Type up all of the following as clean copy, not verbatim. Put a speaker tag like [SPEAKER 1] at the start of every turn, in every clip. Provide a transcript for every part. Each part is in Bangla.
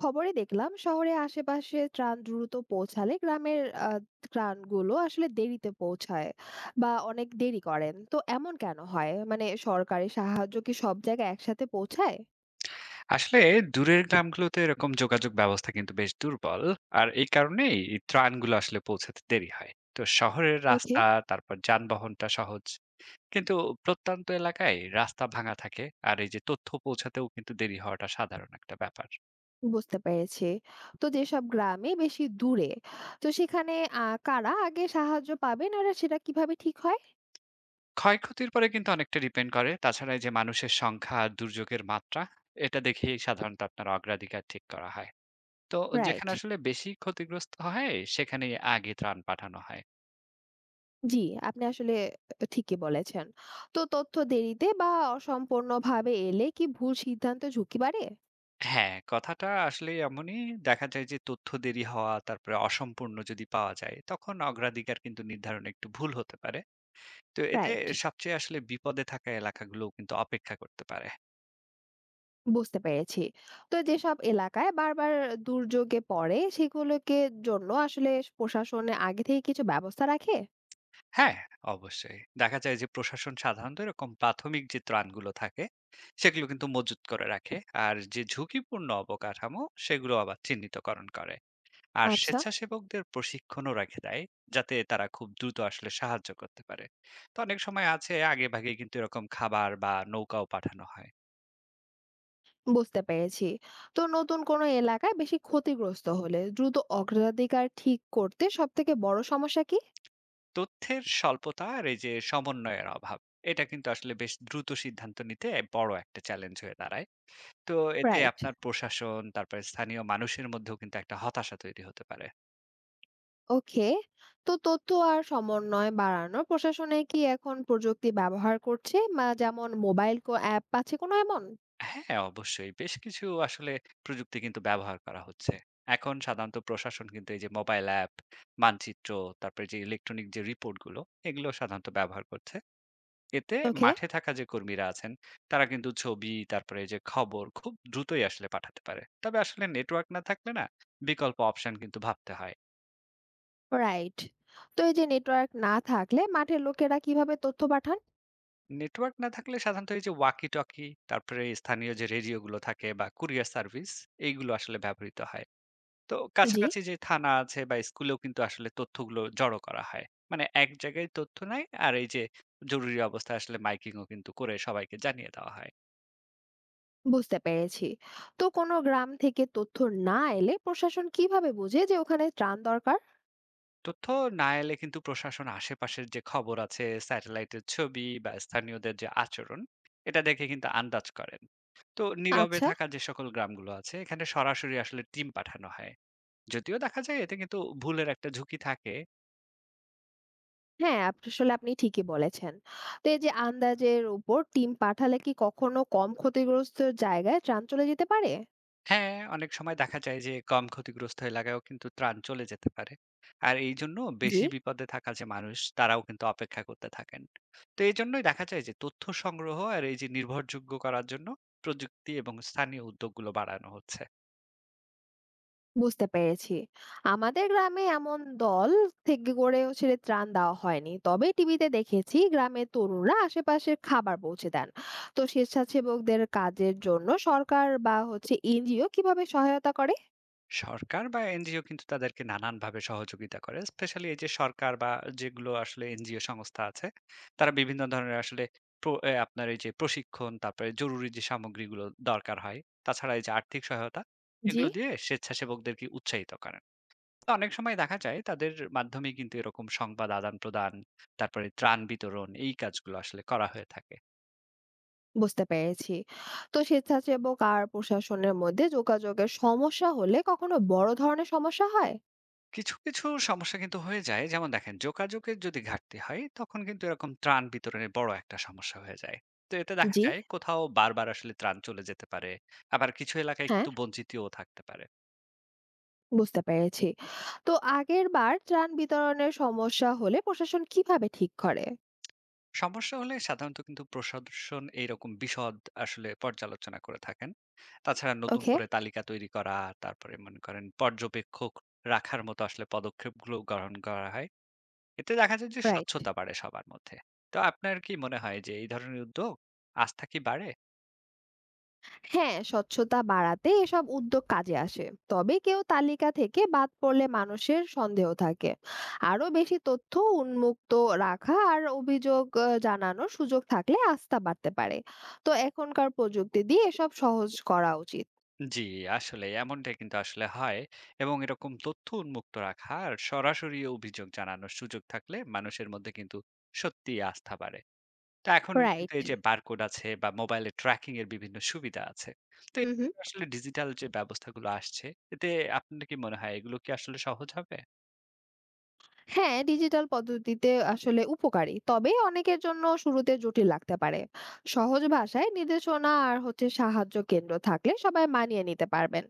[SPEAKER 1] খবরে দেখলাম শহরে আশেপাশে ত্রাণ দ্রুত পৌঁছালে গ্রামের আহ, ত্রাণগুলো আসলে দেরিতে পৌঁছায় বা অনেক দেরি করেন। তো এমন কেন হয়? মানে সরকারি সাহায্য কি সব জায়গায় একসাথে পৌঁছায়?
[SPEAKER 2] আসলে দূরের গ্রামগুলোতে এরকম যোগাযোগ ব্যবস্থা কিন্তু বেশ দুর্বল। আর এই কারণেই এই ত্রাণগুলো আসলে পৌঁছাতে দেরি হয়। তো শহরের
[SPEAKER 1] ওকে।
[SPEAKER 2] রাস্তা তারপর যানবাহনটা সহজ, কিন্তু প্রত্যন্ত এলাকায় রাস্তা ভাঙা থাকে, আর এই যে তথ্য পৌঁছাতেও কিন্তু দেরি হওয়াটা সাধারণ একটা ব্যাপার।
[SPEAKER 1] বুঝতে পেরেছি। তো যেসব গ্রামে বেশি দূরে, তো সেখানে কারা আগে সাহায্য পাবেন আর সেটা কিভাবে ঠিক হয়?
[SPEAKER 2] ক্ষয়ক্ষতির পরে কিন্তু অনেকটা ডিপেন্ড করে, তাছাড়া এই যে মানুষের সংখ্যা আর দুর্যোগের মাত্রা, এটা দেখেই সাধারণত আপনার অগ্রাধিকার ঠিক করা হয়। তো
[SPEAKER 1] রাইট।
[SPEAKER 2] যেখানে আসলে বেশি ক্ষতিগ্রস্ত হয়, সেখানেই আগে ত্রাণ পাঠানো হয়।
[SPEAKER 1] জি, আপনি আসলে ঠিকই বলেছেন। তো তথ্য দেরিতে বা অসম্পূর্ণভাবে এলে কি ভুল সিদ্ধান্তে ঝুঁকি বাড়ে?
[SPEAKER 2] হ্যাঁ, কথাটা আসলেই এমনই। দেখা যায় যে তথ্য দেরি হওয়া, তারপরে অসম্পূর্ণ যদি পাওয়া যায়, তখন অগ্রাধিকার কিন্তু নির্ধারণে একটু ভুল হতে পারে। তো এতে
[SPEAKER 1] রাইট।
[SPEAKER 2] সবচেয়ে আসলে বিপদে থাকা এলাকাগুলোও কিন্তু অপেক্ষা করতে পারে।
[SPEAKER 1] বুঝতে পেরেছি। তো যেসব এলাকায় বারবার দুর্যোগে পড়ে সেগুলোকে জন্য আসলে প্রশাসন আগে থেকে কিছু ব্যবস্থা রাখে?
[SPEAKER 2] হ্যাঁ, অবশ্যই। দেখা যায় যে প্রশাসন সাধারণত এরকম প্রাথমিক যে ত্রাণগুলো থাকে, সেগুলো কিন্তু মজুত করে রাখে। আর যে ঝুঁকিপূর্ণ অবকাঠামো, সেগুলো আবার চিহ্নিতকরণ করে। আর
[SPEAKER 1] আচ্ছা।
[SPEAKER 2] স্বেচ্ছাসেবকদের প্রশিক্ষণও রাখে দেয়, যাতে তারা খুব দ্রুত আসলে সাহায্য করতে পারে। তো অনেক সময় আছে আগে ভাগে কিন্তু এরকম খাবার বা নৌকাও পাঠানো হয়।
[SPEAKER 1] বুঝতে পেরেছি। তো নতুন কোনো এলাকায় বেশি ক্ষতিগ্রস্ত হলে দ্রুত অগ্রাধিকার ঠিক করতে সবথেকে বড় সমস্যা কি?
[SPEAKER 2] তথ্যের স্বল্পতা আর এই যে সমন্বয়ের অভাব, এটা কিন্তু আসলে বেশ দ্রুত সিদ্ধান্ত নিতে বড় একটা চ্যালেঞ্জ হয়ে দাঁড়ায়। তো এতে
[SPEAKER 1] রাইট।
[SPEAKER 2] আপনার প্রশাসন তারপরে স্থানীয় মানুষের মধ্যেও কিন্তু একটা হতাশা তৈরি হতে পারে।
[SPEAKER 1] ওকে। তো তথ্য আর সমন্বয় বাড়ানোর প্রশাসনে কি এখন প্রযুক্তি ব্যবহার করছে? মা যেমন মোবাইল কো অ্যাপ আছে কোনো এমন?
[SPEAKER 2] হ্যাঁ, অবশ্যই। বেশ কিছু আসলে প্রযুক্তি কিন্তু ব্যবহার করা হচ্ছে। এখন সাধারণত প্রশাসন কিন্তু এই যে মোবাইল অ্যাপ, মানচিত্র, তারপরে যে ইলেকট্রনিক যে রিপোর্টগুলো, এগুলো সাধারণত ব্যবহার করছে। এতে
[SPEAKER 1] ওকে।
[SPEAKER 2] মাঠে থাকা যে কর্মীরা আছেন, তারা কিন্তু ছবি, তারপরে এই যে খবর খুব দ্রুতই আসলে পাঠাতে পারে। তবে আসলে নেটওয়ার্ক না থাকলে না, বিকল্প অপশন কিন্তু ভাবতে হয়।
[SPEAKER 1] রাইট। তো এই যে নেটওয়ার্ক না থাকলে মাঠের লোকেরা কিভাবে তথ্য পাঠান?
[SPEAKER 2] নেটওয়ার্ক না থাকলে সাধারণত এই যে ওয়াকি-টকি, তারপরে স্থানীয় যে রেডিওগুলো থাকে বা কুরিয়ার সার্ভিস, এইগুলো আসলে ব্যবহৃত হয়। তো
[SPEAKER 1] জি।
[SPEAKER 2] কাছাকাছি যে থানা আছে বা স্কুলেও কিন্তু আসলে তথ্যগুলো জড়ো করা হয়। মানে এক জায়গায় তথ্য নেয়, আর এই যে জরুরি অবস্থায় আসলে মাইকিংও কিন্তু করে সবাইকে জানিয়ে দেওয়া হয়।
[SPEAKER 1] বুঝতে পেরেছি। তো কোনো গ্রাম থেকে তথ্য না এলে প্রশাসন কিভাবে বোঝে যে ওখানে ত্রাণ দরকার?
[SPEAKER 2] তথ্য না এলে কিন্তু প্রশাসন আশেপাশের যে খবর আছে, স্যাটেলাইটের ছবি বা স্থানীয়দের যে আচরণ, এটা দেখে কিন্তু আন্দাজ করেন। তো নীরবে
[SPEAKER 1] আচ্ছা।
[SPEAKER 2] থাকা যে সকল গ্রামগুলো আছে, এখানে সরাসরি আসলে টিম পাঠানো হয়। যদিও দেখা যায় এতে কিন্তু ভুলের একটা ঝুঁকি থাকে।
[SPEAKER 1] হ্যাঁ, আসলে আপনি ঠিকই বলেছেন। তো এই যে আন্দাজের উপর টিম পাঠালে কি কখনো কম ক্ষতিগ্রস্ত জায়গায় ত্রাণ চলে যেতে পারে?
[SPEAKER 2] হ্যাঁ, অনেক সময় দেখা যায় যে কম ক্ষতিগ্রস্ত এলাকায়ও কিন্তু ত্রাণ চলে যেতে পারে। আর এই জন্য
[SPEAKER 1] জি।
[SPEAKER 2] বেশি বিপদে থাকা যে মানুষ তারাও কিন্তু অপেক্ষা করতে থাকেন। তো এইজন্যই দেখা যায় যে তথ্য সংগ্রহ আর এই যে নির্ভরযোগ্য করার জন্য প্রযুক্তি এবং স্থানীয় উদ্যোগগুলো বাড়ানো হচ্ছে।
[SPEAKER 1] বুঝতে পেরেছি। আমাদের গ্রামে এমন দল থেকে গড়ে সেটা ত্রাণ দেওয়া হয়নি। তবে টিভিতে দেখেছি গ্রামের তরুণরা আশেপাশের খাবার পৌঁছে দেন। তো স্বেচ্ছাসেবকদের কাজের জন্য সরকার বা হচ্ছে এনজিও কিভাবে সহায়তা করে?
[SPEAKER 2] সরকার বা এনজিও কিন্তু তাদেরকে নানানভাবে সহযোগিতা করে। স্পেশালি এই যে সরকার বা যেগুলো আসলে এনজিও সংস্থা আছে, তারা বিভিন্ন ধরনের আসলে প্র এ আপনার এই যে প্রশিক্ষণ, তারপরে জরুরি যে সামগ্রীগুলো দরকার হয়, তাছাড়া এই যে আর্থিক সহায়তা,
[SPEAKER 1] জি।
[SPEAKER 2] এগুলো দিয়ে স্বেচ্ছাসেবকদেরকে উৎসাহিত করেন। তো অনেক সময় দেখা যায় তাদের মাধ্যমেই কিন্তু এরকম সংবাদ আদান-প্রদান, তারপরে ত্রাণ বিতরণ, এই কাজগুলো আসলে করা হয়ে থাকে।
[SPEAKER 1] বুঝতে পেরেছি। তো স্বেচ্ছাসেবক আর প্রশাসনের মধ্যে যোগাযোগের সমস্যা হলে কখনো বড় ধরনের সমস্যা হয়?
[SPEAKER 2] কিছু সমস্যা কিন্তু হয়ে যায়। যেমন দেখেন যোগাযোগের যদি ঘাটতি হয়, তখন কিন্তু এরকম ত্রাণ বিতরণের বড় একটা সমস্যা হয়ে যায়। তো এতে দেখা
[SPEAKER 1] জি।
[SPEAKER 2] যায় কোথাও বারবার আসলে ত্রাণ চলে যেতে পারে। আবার কিছু এলাকায়
[SPEAKER 1] হ্যাঁ।
[SPEAKER 2] কিন্তু বঞ্চিতও থাকতে পারে।
[SPEAKER 1] বুঝতে পেরেছি। তো আগের বার ত্রাণ বিতরণের সমস্যা হলে প্রশাসন কিভাবে ঠিক করে?
[SPEAKER 2] সমস্যা হলে সাধারণত কিন্তু প্রশাসন এইরকম বিশদ আসলে পর্যালোচনা করে থাকেন। তাছাড়া নতুন
[SPEAKER 1] ওকে।
[SPEAKER 2] করে তালিকা তৈরি করা, তারপরে মনে করেন পর্যবেক্ষক রাখার মতো আসলে পদক্ষেপগুলো গ্রহণ করা হয়। এতে দেখা যায় যে
[SPEAKER 1] রাইট।
[SPEAKER 2] স্বচ্ছতা বাড়ে সবার মধ্যে। তো আপনার কি মনে হয় যে এই ধরনের উদ্যোগ আস্থা কি বাড়ে?
[SPEAKER 1] হ্যাঁ, স্বচ্ছতা বাড়াতে এসব উদ্যোগ কাজে আসে। তবে কেউ তালিকা থেকে বাদ পড়লে মানুষের সন্দেহ থাকে। আরো বেশি তথ্য উন্মুক্ত রাখা আর অভিযোগ জানানোর সুযোগ থাকলে আস্থা বাড়তে পারে। তো এখনকার প্রযুক্তি দিয়ে এসব সহজ করা উচিত।
[SPEAKER 2] জি, আসলে এমনটাই কিন্তু আসলে হয়, এবং এরকম তথ্য উন্মুক্ত রাখা আর সরাসরি অভিযোগ জানানোর সুযোগ থাকলে মানুষের মধ্যে কিন্তু সত্যিই আস্থা বাড়ে। তো এখন কিন্তু
[SPEAKER 1] রাইট।
[SPEAKER 2] এই যে বারকোড আছে বা মোবাইলে ট্র্যাকিং এর বিভিন্ন সুবিধা আছে। তো এই
[SPEAKER 1] হুম, হুম।
[SPEAKER 2] আসলে ডিজিটাল যে ব্যবস্থাগুলো আসছে, এতে আপনার কি মনে হয় এগুলো কি আসলে সহজ হবে?
[SPEAKER 1] হ্যাঁ, ডিজিটাল পদ্ধতিতে আসলে উপকারী। তবে অনেকের জন্য শুরুতে জটিল লাগতে পারে। সহজ ভাষায় নির্দেশনা আর হচ্ছে সাহায্য কেন্দ্র থাকলে সবাই মানিয়ে নিতে পারবেন।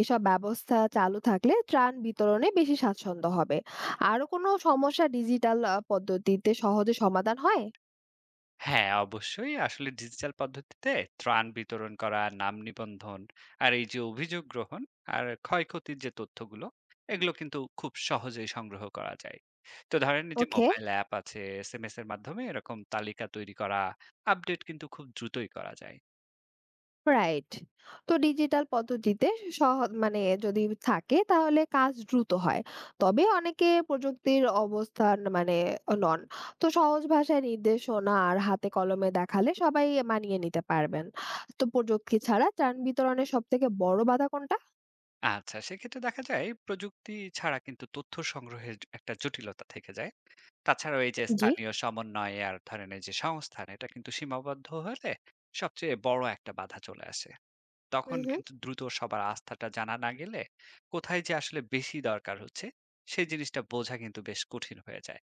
[SPEAKER 1] এসব ব্যবস্থা চালু থাকলে ত্রাণ বিতরণে বেশি স্বাচ্ছন্দ্য হবে। আরো কোনো সমস্যা ডিজিটাল পদ্ধতিতে সহজে সমাধান হয়?
[SPEAKER 2] হ্যাঁ, অবশ্যই। আসলে ডিজিটাল পদ্ধতিতে ত্রাণ বিতরণ করা, নাম নিবন্ধন আর এই যে অভিযোগ গ্রহণ আর ক্ষয়ক্ষতির যে তথ্যগুলো, এগুলো কিন্তু খুব সহজেই সংগ্রহ করা যায়। তো ধরেন এই যে
[SPEAKER 1] ওকে।
[SPEAKER 2] মোবাইল অ্যাপ আছে, এসএমএস এর মাধ্যমে এরকম তালিকা তৈরি করা, আপডেট কিন্তু খুব দ্রুতই করা যায়।
[SPEAKER 1] রাইট। তো ডিজিটাল পদ্ধতিতে সহ মানে যদি থাকে তাহলে কাজ দ্রুত হয়। তবে অনেকে প্রযুক্তির অবস্থান মানে নন। তো সহজ ভাষায় নির্দেশনা আর হাতে কলমে দেখালে সবাই মানিয়ে নিতে পারবেন। তো প্রযুক্তি ছাড়া ত্রাণ বিতরণের সবথেকে বড় বাধা কোনটা?
[SPEAKER 2] আচ্ছা, সেক্ষেত্রে দেখা যায় প্রযুক্তি ছাড়া কিন্তু তথ্য সংগ্রহের একটা জটিলতা থেকে যায়। তাছাড়াও এই যে
[SPEAKER 1] জি।
[SPEAKER 2] স্থানীয় সমন্বয় আর ধরেন এই যে সংস্থান, এটা কিন্তু সীমাবদ্ধ হলে সবচেয়ে বড় একটা বাধা চলে আসে।
[SPEAKER 1] হুম,
[SPEAKER 2] তখন
[SPEAKER 1] হুম।
[SPEAKER 2] কিন্তু দ্রুত সবার আস্থাটা জানা না গেলে কোথায় যে আসলে বেশি দরকার হচ্ছে সেই জিনিসটা বোঝা কিন্তু বেশ কঠিন হয়ে যায়।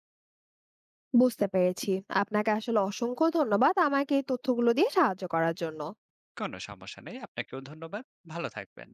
[SPEAKER 1] বুঝতে পেরেছি। আপনাকে আসলে অসংখ্য ধন্যবাদ আমাকে এই তথ্যগুলো দিয়ে সাহায্য করার জন্য।
[SPEAKER 2] কোনো সমস্যা নেই। আপনাকেও ধন্যবাদ। ভালো থাকবেন।